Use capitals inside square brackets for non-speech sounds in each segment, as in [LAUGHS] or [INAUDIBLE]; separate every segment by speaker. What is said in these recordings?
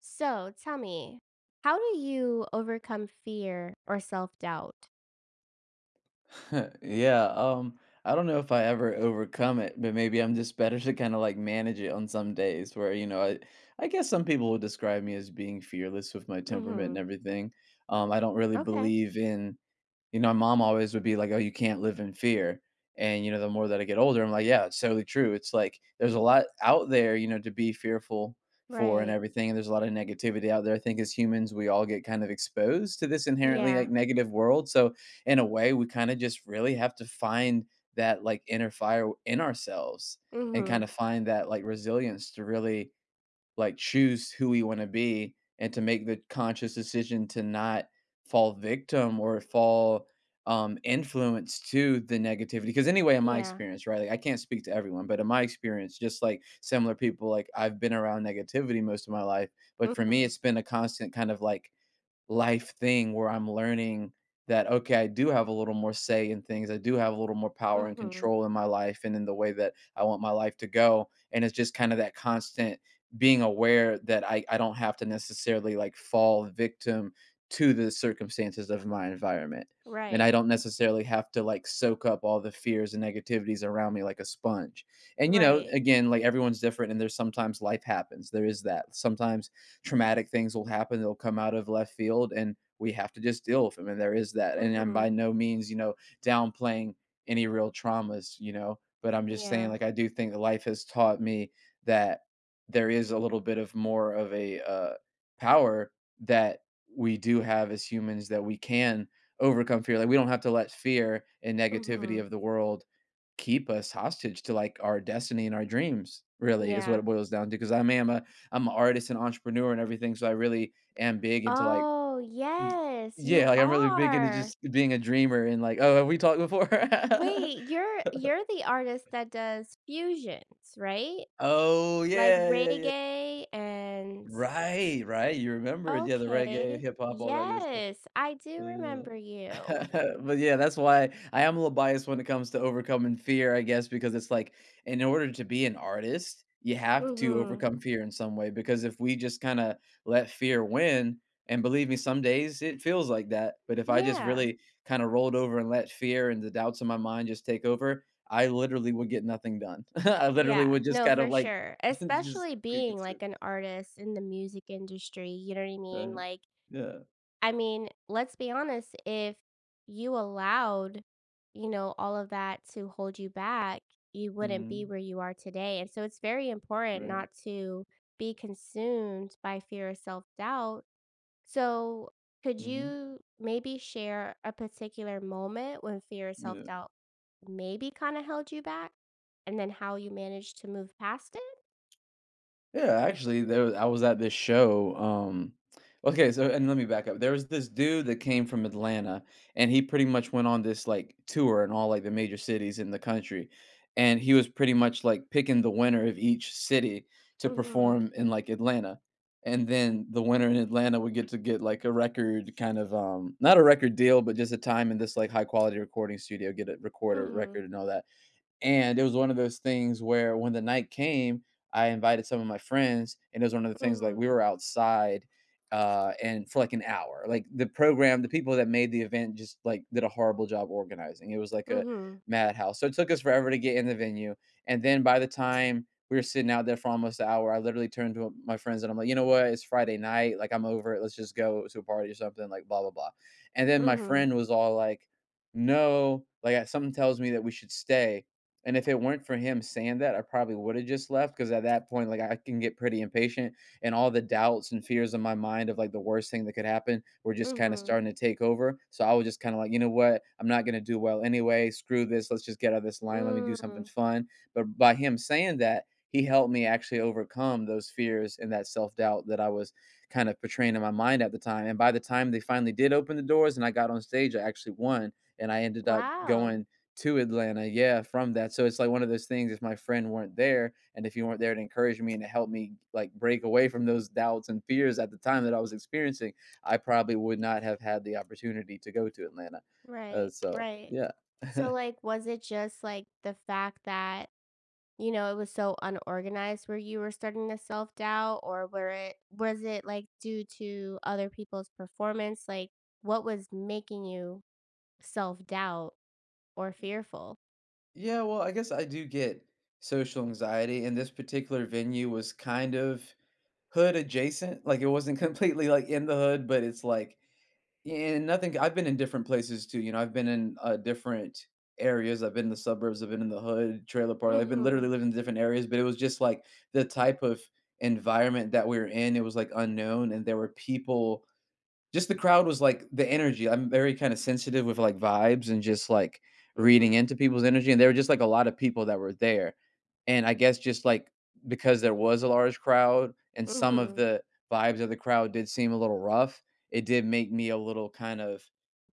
Speaker 1: So tell me, how do you overcome fear or self doubt?
Speaker 2: [LAUGHS] Yeah, I don't know if I ever overcome it, but maybe I'm just better to kind of like manage it on some days where, you know, I guess some people would describe me as being fearless with my temperament and
Speaker 1: Hmm.
Speaker 2: everything. I don't really
Speaker 1: Okay.
Speaker 2: believe in, you know, my mom always would be like, "Oh, you can't live in fear." And you know, the more that I get older, I'm like, "Yeah, it's totally true." It's like there's a lot out there, you know, to be fearful for and
Speaker 1: Right.
Speaker 2: everything. And there's a lot of negativity out there. I think as humans, we all get kind of exposed to this inherently
Speaker 1: Yeah.
Speaker 2: like negative world. So in a way, we kind of just really have to find that like inner fire in ourselves and
Speaker 1: Hmm.
Speaker 2: kind of find that like resilience to really like choose who we want to be and to make the conscious decision to not fall victim or fall influenced to the negativity, because anyway in my
Speaker 1: Yeah.
Speaker 2: experience, right, like I can't speak to everyone, but in my experience just like similar people, like I've been around negativity most of my life, but for me it's
Speaker 1: Hmm.
Speaker 2: been a constant kind of like life thing where I'm learning that, okay, I do have a little more say in things. I do have a little more power and
Speaker 1: Hmm.
Speaker 2: control in my life and in the way that I want my life to go. And it's just kind of that constant being aware that I don't have to necessarily like fall victim to the circumstances of my environment. And I
Speaker 1: Right.
Speaker 2: don't necessarily have to like soak up all the fears and negativities around me like a sponge. And, you know,
Speaker 1: Right.
Speaker 2: again, like everyone's different and there's sometimes life happens. There is that. Sometimes traumatic things will happen, they'll come out of left field and we have to just deal with them, and there is that, and I'm
Speaker 1: Hmm.
Speaker 2: by no means, you know, downplaying any real traumas, you know, but I'm just saying
Speaker 1: Yeah.
Speaker 2: like I do think that life has taught me that there is a little bit of more of a power that we do have as humans, that we can overcome fear. Like we don't have to let fear and
Speaker 1: Hmm.
Speaker 2: negativity of the world keep us hostage to like our destiny and our dreams, really is what
Speaker 1: Yeah.
Speaker 2: it boils down to. Because I am a I'm an artist and entrepreneur and everything, so I really am big into like,
Speaker 1: Oh yes, you
Speaker 2: yeah, like I'm really big into
Speaker 1: are.
Speaker 2: just being a dreamer and like, oh, have we talked before?
Speaker 1: Wait, you're the artist that does fusions, right?
Speaker 2: [LAUGHS] Oh
Speaker 1: Like
Speaker 2: yeah, yeah, yeah.
Speaker 1: reggae and.
Speaker 2: Right, right, you remember, yeah, the reggae
Speaker 1: Okay.
Speaker 2: hip hop, all that good stuff.
Speaker 1: Yes, I do
Speaker 2: Yeah. [LAUGHS]
Speaker 1: remember you.
Speaker 2: But yeah, that's why I am a little biased when it comes to overcoming fear, I guess, because it's like in order to be an artist, you have to
Speaker 1: Mhm.
Speaker 2: overcome fear in some way. Because if we just kind of let fear win, and believe me, some days it feels like that. But if I just
Speaker 1: Yeah.
Speaker 2: really kind of rolled over and let fear and the doubts in my mind just take over, I literally would get nothing done. [LAUGHS] I literally
Speaker 1: Yeah.
Speaker 2: would just
Speaker 1: No,
Speaker 2: kind
Speaker 1: for
Speaker 2: of like
Speaker 1: sure.
Speaker 2: [LAUGHS] just
Speaker 1: Especially
Speaker 2: get
Speaker 1: being
Speaker 2: consumed.
Speaker 1: like an artist in the music industry, you know what I mean?
Speaker 2: Right. Yeah.
Speaker 1: I mean, let's be honest, if you allowed, you know, all of that to hold you back, you wouldn't be
Speaker 2: Hmm.
Speaker 1: where you are today. And so it's very important
Speaker 2: Right.
Speaker 1: not to be consumed by fear or self-doubt. So, could
Speaker 2: Hmm.
Speaker 1: you maybe share a particular moment when fear or self
Speaker 2: Yeah.
Speaker 1: doubt maybe kind of held you back, and then how you managed to move past it?
Speaker 2: Yeah, actually, there was I was at this show, okay, so, and let me back up. There was this dude that came from Atlanta, and he pretty much went on this, like, tour in all, like, the major cities in the country, and he was pretty much, like, picking the winner of each city to
Speaker 1: Mhm.
Speaker 2: perform in, like, Atlanta, and then the winner in Atlanta would get to get, like, a record kind of, not a record deal, but just a time in this, like, high quality recording studio, get a
Speaker 1: Mhm.
Speaker 2: record and all that. And it was one of those things where when the night came, I invited some of my friends, and it was one of the things like
Speaker 1: Mhm.
Speaker 2: we were outside and for like an hour. Like the program, the people that made the event just like did a horrible job organizing. It was like a
Speaker 1: Mhm.
Speaker 2: madhouse. So it took us forever to get in the venue. And then by the time we were sitting out there for almost an hour, I literally turned to my friends and I'm like, you know what? It's Friday night. Like I'm over it. Let's just go to a party or something, like blah blah blah. And then my
Speaker 1: Mhm.
Speaker 2: friend was all like, no, like something tells me that we should stay, and if it weren't for him saying that, I probably would've just left, because at that point, like, I can get pretty impatient, and all the doubts and fears in my mind of, like, the worst thing that could happen were just kinda
Speaker 1: Mhm.
Speaker 2: starting to take over, so I was just kinda like, "You know what? I'm not gonna do well anyway. Screw this. Let's just get out of this line. Let me do something
Speaker 1: Mm.
Speaker 2: fun." But by him saying that, he helped me actually overcome those fears and that self-doubt that I was kind of portraying in my mind at the time, and by the time they finally did open the doors and I got on stage, I actually won, and I ended up
Speaker 1: Wow.
Speaker 2: going to Atlanta, yeah, from that. So it's like one of those things, if my friend weren't there, and if you weren't there to encourage me and to help me, like, break away from those doubts and fears at the time that I was experiencing, I probably would not have had the opportunity to go to Atlanta,
Speaker 1: Right,
Speaker 2: so,
Speaker 1: right.
Speaker 2: yeah. [LAUGHS]
Speaker 1: So, like, was it just, like, the fact that, you know, it was so unorganized where you were starting to self-doubt, or were it was it, like, due to other people's performance? Like, what was making you self-doubt or fearful?
Speaker 2: Yeah, well, I guess I do get social anxiety, and this particular venue was kind of hood adjacent, like, it wasn't [LAUGHS] completely, like, in the hood, but it's like. And nothing, I've been in different places too, you know, I've been in, different areas, I've been in the suburbs, I've been in the hood, trailer park, I've been literally
Speaker 1: Mhm,
Speaker 2: living in different areas, but it was just, like, the type of environment that we were in, it was, like, unknown, and there were people, just the crowd was like the energy. I'm very kinda sensitive with, like, vibes and just, like, reading
Speaker 1: mhm,
Speaker 2: into people's energy, and there were just, like, a lot of people that were there, and I guess just, like, because there was a large crowd and some of
Speaker 1: mhm.
Speaker 2: the vibes of the crowd did seem a little rough, it did make me a little kind of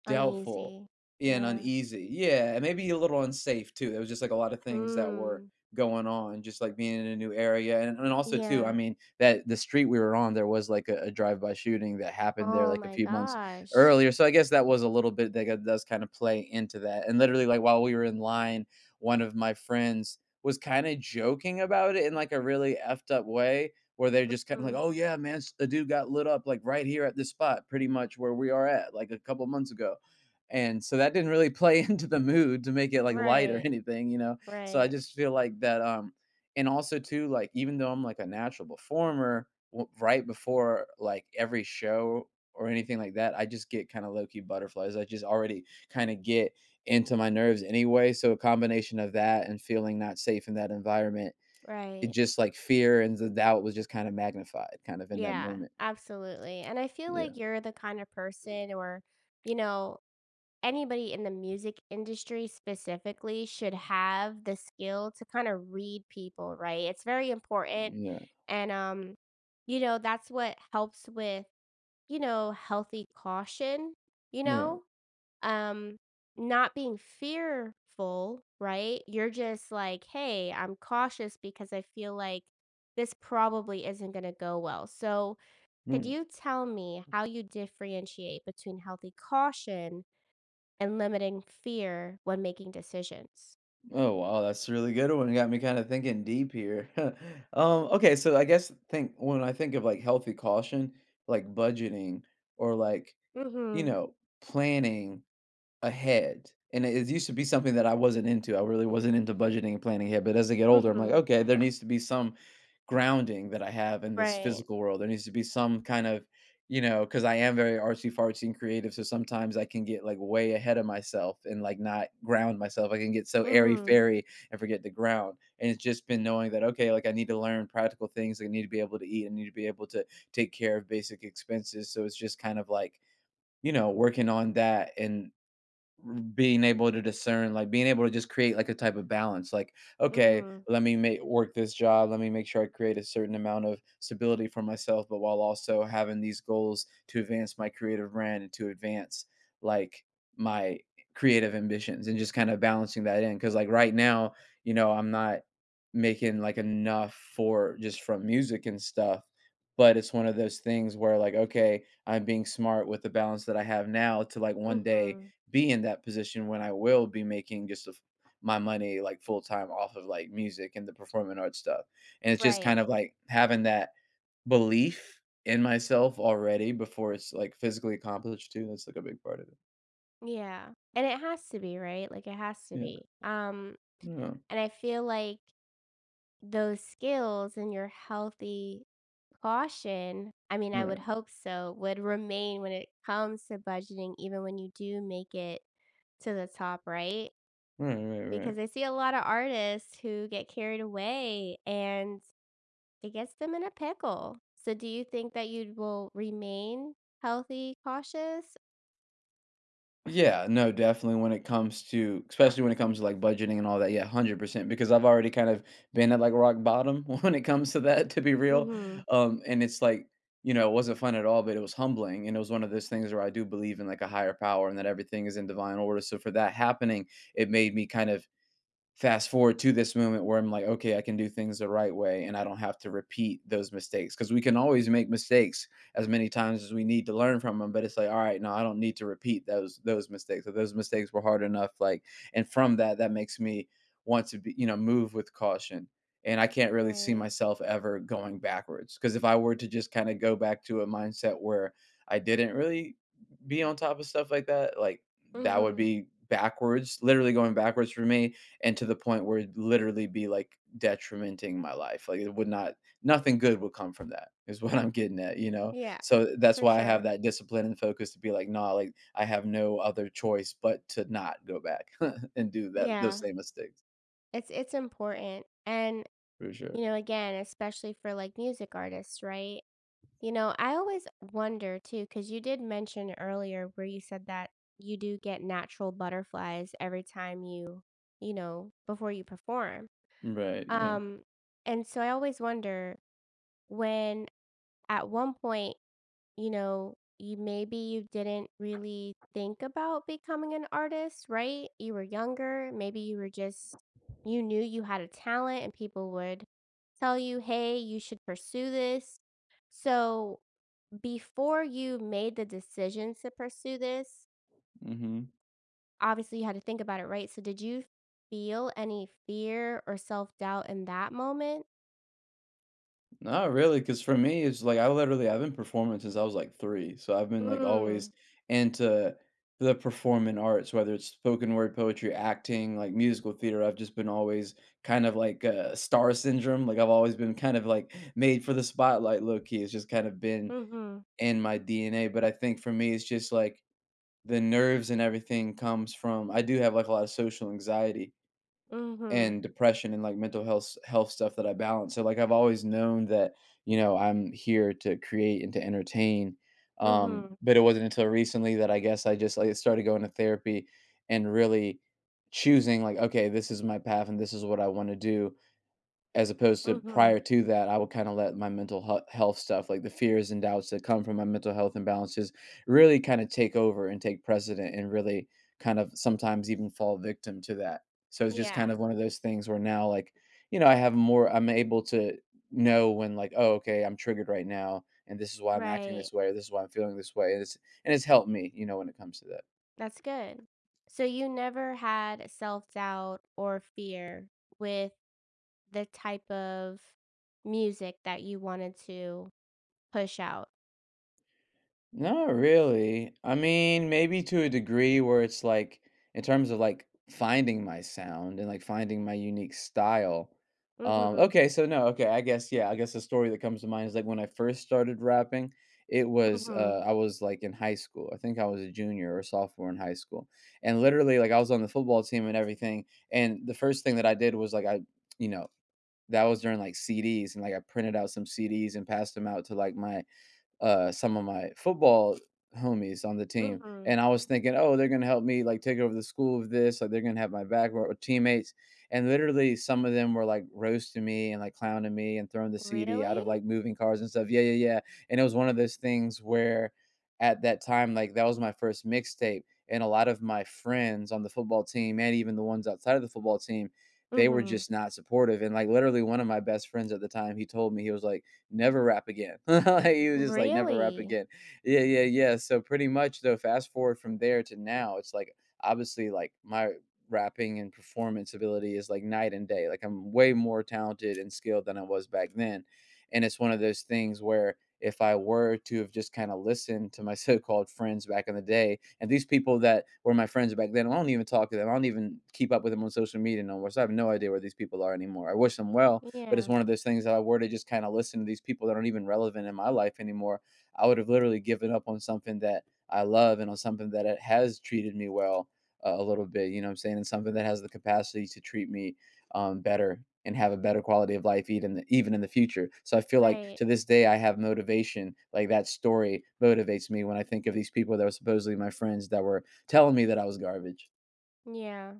Speaker 2: doubtful
Speaker 1: Uneasy.
Speaker 2: and
Speaker 1: Yeah.
Speaker 2: uneasy. Yeah, and maybe a little unsafe too. There was just, like, a lot of things that were
Speaker 1: Mm.
Speaker 2: going on, just, like, being in a new area, and also too, I
Speaker 1: Yeah.
Speaker 2: mean, that the street we were on, there was like a drive-by shooting that happened there
Speaker 1: Oh
Speaker 2: like a
Speaker 1: my
Speaker 2: few months
Speaker 1: gosh.
Speaker 2: earlier. So I guess that was a little bit that does kind of play into that. And literally, like while we were in line, one of my friends was kind of joking about it in like a really effed up way, where they're just kind of like,
Speaker 1: Mm.
Speaker 2: "Oh yeah, man, a dude got lit up like right here at this spot, pretty much where we are at, like a couple months ago." And so that didn't really play [LAUGHS] into the mood to make it like light or
Speaker 1: Right,
Speaker 2: anything, you know. So I
Speaker 1: right,
Speaker 2: just feel like that, and also too, like, even though I'm like a natural performer, w right before like every show or anything like that, I just get kinda low key butterflies. I just already kinda get into my nerves anyway. So a combination of that and feeling not safe in that environment, it
Speaker 1: right.
Speaker 2: just like fear and the doubt was just kinda magnified kind of in that
Speaker 1: Yeah,
Speaker 2: moment.
Speaker 1: absolutely. And I feel
Speaker 2: Yeah.
Speaker 1: like you're the kind of person or, you know, anybody in the music industry specifically should have the skill to kind of read people, right? It's very important.
Speaker 2: Yeah.
Speaker 1: And you know, that's what helps with, you know, healthy caution, you
Speaker 2: Right.
Speaker 1: know? Um, Not being fearful, right? You're just like, "Hey, I'm cautious because I feel like this probably isn't going to go well." So, could
Speaker 2: Right.
Speaker 1: you tell me how you differentiate between healthy caution and limiting fear when making decisions?
Speaker 2: Oh wow, that's a really good one. Got me kind of thinking deep here. [LAUGHS] Okay, so I guess think when I think of like healthy caution, like budgeting or like, you
Speaker 1: Mhm.
Speaker 2: know, planning ahead, and it used to be something that I wasn't into. I really wasn't into budgeting and planning ahead. But as I get older, I'm like,
Speaker 1: Mhm.
Speaker 2: okay, there needs to be some grounding that I have in this
Speaker 1: Right.
Speaker 2: physical world. There needs to be some kind of, you know, because I am very artsy fartsy and creative. So sometimes I can get like way ahead of myself and like not ground myself. I can get so airy
Speaker 1: Mhm.
Speaker 2: fairy and forget the ground. And it's just been knowing that, okay, like I need to learn practical things. I need to be able to eat. I need to be able to take care of basic expenses. So it's just kind of like, working on that and being able to discern, like being able to just create like a type of balance. Like, okay,
Speaker 1: Mhm.
Speaker 2: let me make work this job. Let me make sure I create a certain amount of stability for myself, but while also having these goals to advance my creative brand and to advance like my creative ambitions and just kind of balancing that in. Cause like right now, I'm not making like enough for just from music and stuff. But it's one of those things where like, okay, I'm being smart with the balance that I have now to like one day
Speaker 1: Mhm.
Speaker 2: be in that position when I will be making just a f my money, like, full time off of, like, music and the performing arts stuff, and it's just kind
Speaker 1: Right.
Speaker 2: of, like, having that belief in myself already before it's, like, physically accomplished too. That's, like, a big part of it.
Speaker 1: Yeah. And it has to be, right? Like it has to
Speaker 2: Yeah.
Speaker 1: be.
Speaker 2: Yeah.
Speaker 1: And I feel like those skills and your healthy caution, I mean, I would
Speaker 2: Right.
Speaker 1: hope so, would remain when it comes to budgeting even when you do make it to the top, right?
Speaker 2: Right, right, right.
Speaker 1: Because I see a lot of artists who get carried away, and it gets them in a pickle. So do you think that you will remain healthy cautious?
Speaker 2: Yeah, no, definitely when it comes to especially when it comes to, like, budgeting and all that, yeah, 100% because I've already kind of been at, like, rock bottom [LAUGHS] when it comes to that, to be real.
Speaker 1: Mhm.
Speaker 2: And it's like, it wasn't fun at all, but it was humbling, and it was one of those things where I do believe in, like, a higher power and that everything is in divine order. So for that happening, it made me kind of fast forward to this moment where I'm like, "Okay, I can do things the right way, and I don't have to repeat those mistakes. Because we can always make mistakes as many times as we need to learn from them. But it's like, "All right, no, I don't need to repeat those mistakes, or those mistakes were hard enough," like and from that, that makes me want to be, move with caution, and I can't really see
Speaker 1: Right.
Speaker 2: myself ever going backwards. Because if I were to just kinda go back to a mindset where I didn't really be on top of stuff like, that would
Speaker 1: Mhm.
Speaker 2: be backwards, literally going backwards for me, and to the point where it'd literally be like detrimenting my life. Like it would not, nothing good would come from that, is what I'm getting at, you know?
Speaker 1: Yeah,
Speaker 2: So that's
Speaker 1: for
Speaker 2: why I have
Speaker 1: sure.
Speaker 2: that discipline and focus to be like, nah, like I have no other choice but to not go back [LAUGHS] and do that, those
Speaker 1: Yeah.
Speaker 2: same mistakes
Speaker 1: It's important. And,
Speaker 2: for sure.
Speaker 1: you know, again, especially for, like, music artists, right? You know, I always wonder too, because you did mention earlier where you said that you do get natural butterflies every time you know, before you perform.
Speaker 2: Right. Yeah.
Speaker 1: Um, and so I always wonder when at one point, you know, you maybe you didn't really think about becoming an artist, right? You were younger, maybe you were just you knew you had a talent and people would tell you, "Hey, you should pursue this." So, before you made the decision to pursue this,
Speaker 2: Hmm.
Speaker 1: obviously you had to think about it, right? So, did you feel any fear or self-doubt in that moment?
Speaker 2: Not really, because for me, it's like I literally I've been performing since I was like three, so I've been like always
Speaker 1: Mm.
Speaker 2: into the performing arts, whether it's spoken word poetry, acting, like musical theater. I've just been always kind of like star syndrome. Like I've always been kind of like made for the spotlight, low key. It's just kind of been
Speaker 1: Mhm.
Speaker 2: in my DNA. But I think for me, it's just like the nerves and everything comes from. I do have like a lot of social anxiety,
Speaker 1: Mhm.
Speaker 2: and depression and like mental health stuff that I balance. So like I've always known that, I'm here to create and to entertain.
Speaker 1: Mhm.
Speaker 2: But it wasn't until recently that I guess I just like started going to therapy and really choosing like, okay, this is my path and this is what I want to do, as opposed to
Speaker 1: Mhm.
Speaker 2: prior to that, I would kinda let my mental health stuff, like the fears and doubts that come from my mental health imbalances, really kinda take over and take precedent and really kind of sometimes even fall victim to that. So it's just kind
Speaker 1: Yeah.
Speaker 2: of one of those things where now, like, I have more I'm able to know when, like, "Oh, okay, I'm triggered right now, and this is why I'm acting
Speaker 1: Right.
Speaker 2: this way, or this is why I'm feeling this way." And it's helped me, when it comes to that.
Speaker 1: That's good. So you never had self-doubt or fear with the type of music that you wanted to push out?
Speaker 2: Not really. I mean, maybe to a degree where it's like in terms of like finding my sound and like finding my unique style.
Speaker 1: Mhm.
Speaker 2: Okay, so no, okay, I guess, yeah, I guess the story that comes to mind is like when I first started rapping, it was
Speaker 1: Mhm.
Speaker 2: I was like in high school. I think I was a junior or sophomore in high school. And literally like I was on the football team and everything, and the first thing that I did was like I, you know, that was during like CDs, and like I printed out some CDs and passed them out to like my, some of my football homies on the team,
Speaker 1: Mhm.
Speaker 2: and I was thinking, "Oh, they're gonna help me like take over the school of this, like they're gonna have my back with teammates." And literally, some of them were like roasting me and like clowning me and throwing the CD out
Speaker 1: Really?
Speaker 2: of like moving cars and stuff. Yeah, yeah, yeah. And it was one of those things where, at that time, like that was my first mixtape, and a lot of my friends on the football team and even the ones outside of the football team, they were
Speaker 1: Mhm.
Speaker 2: just not supportive. And like literally, one of my best friends at the time, he told me, he was like, never rap again. [LAUGHS] Like, he was just like, never rap
Speaker 1: Really?
Speaker 2: again. Yeah, yeah, yeah. So pretty much though, fast forward from there to now, it's like obviously like my rapping and performance ability is like night and day. Like I'm way more talented and skilled than I was back then. And it's one of those things where if I were to have just kind of listened to my [LAUGHS] so-called friends back in the day, and these people that were my friends back then, I don't even talk to them. I don't even keep up with them on social media no more. So I have no idea where these people are anymore. I wish them well, but it's
Speaker 1: Yeah.
Speaker 2: one of those things that I were to just kind of listen to these people that aren't even relevant in my life anymore, I would have literally given up on something that I love, and on something that it has treated me well, a little bit. You know what I'm saying? And something that has the capacity to treat me, better, and have a better quality of life even in the future. So I feel like
Speaker 1: Right.
Speaker 2: to this day I have motivation. Like that story motivates me when I think of these people that were supposedly my friends that were telling me that I was garbage.
Speaker 1: Yeah.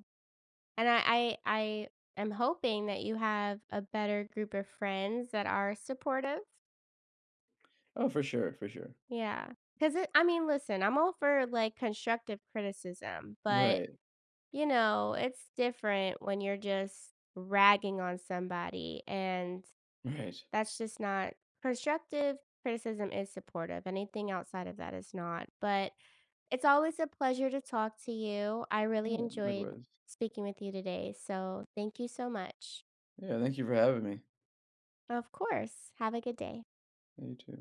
Speaker 1: And I am hoping that you have a better group of friends that are supportive.
Speaker 2: Oh, for sure, for sure.
Speaker 1: Yeah, 'cause it I mean, listen, I'm all for, like, constructive criticism, but,
Speaker 2: Right,
Speaker 1: you know, it's different when you're just ragging on somebody, and
Speaker 2: right.
Speaker 1: that's just not constructive criticism is supportive, anything outside of that is not, but it's always a pleasure to talk to you. I
Speaker 2: All
Speaker 1: really
Speaker 2: right,
Speaker 1: enjoyed
Speaker 2: likewise.
Speaker 1: speaking with you today, so thank you so much.
Speaker 2: Yeah, thank you for having me.
Speaker 1: Of course. Have a good day.
Speaker 2: Me too.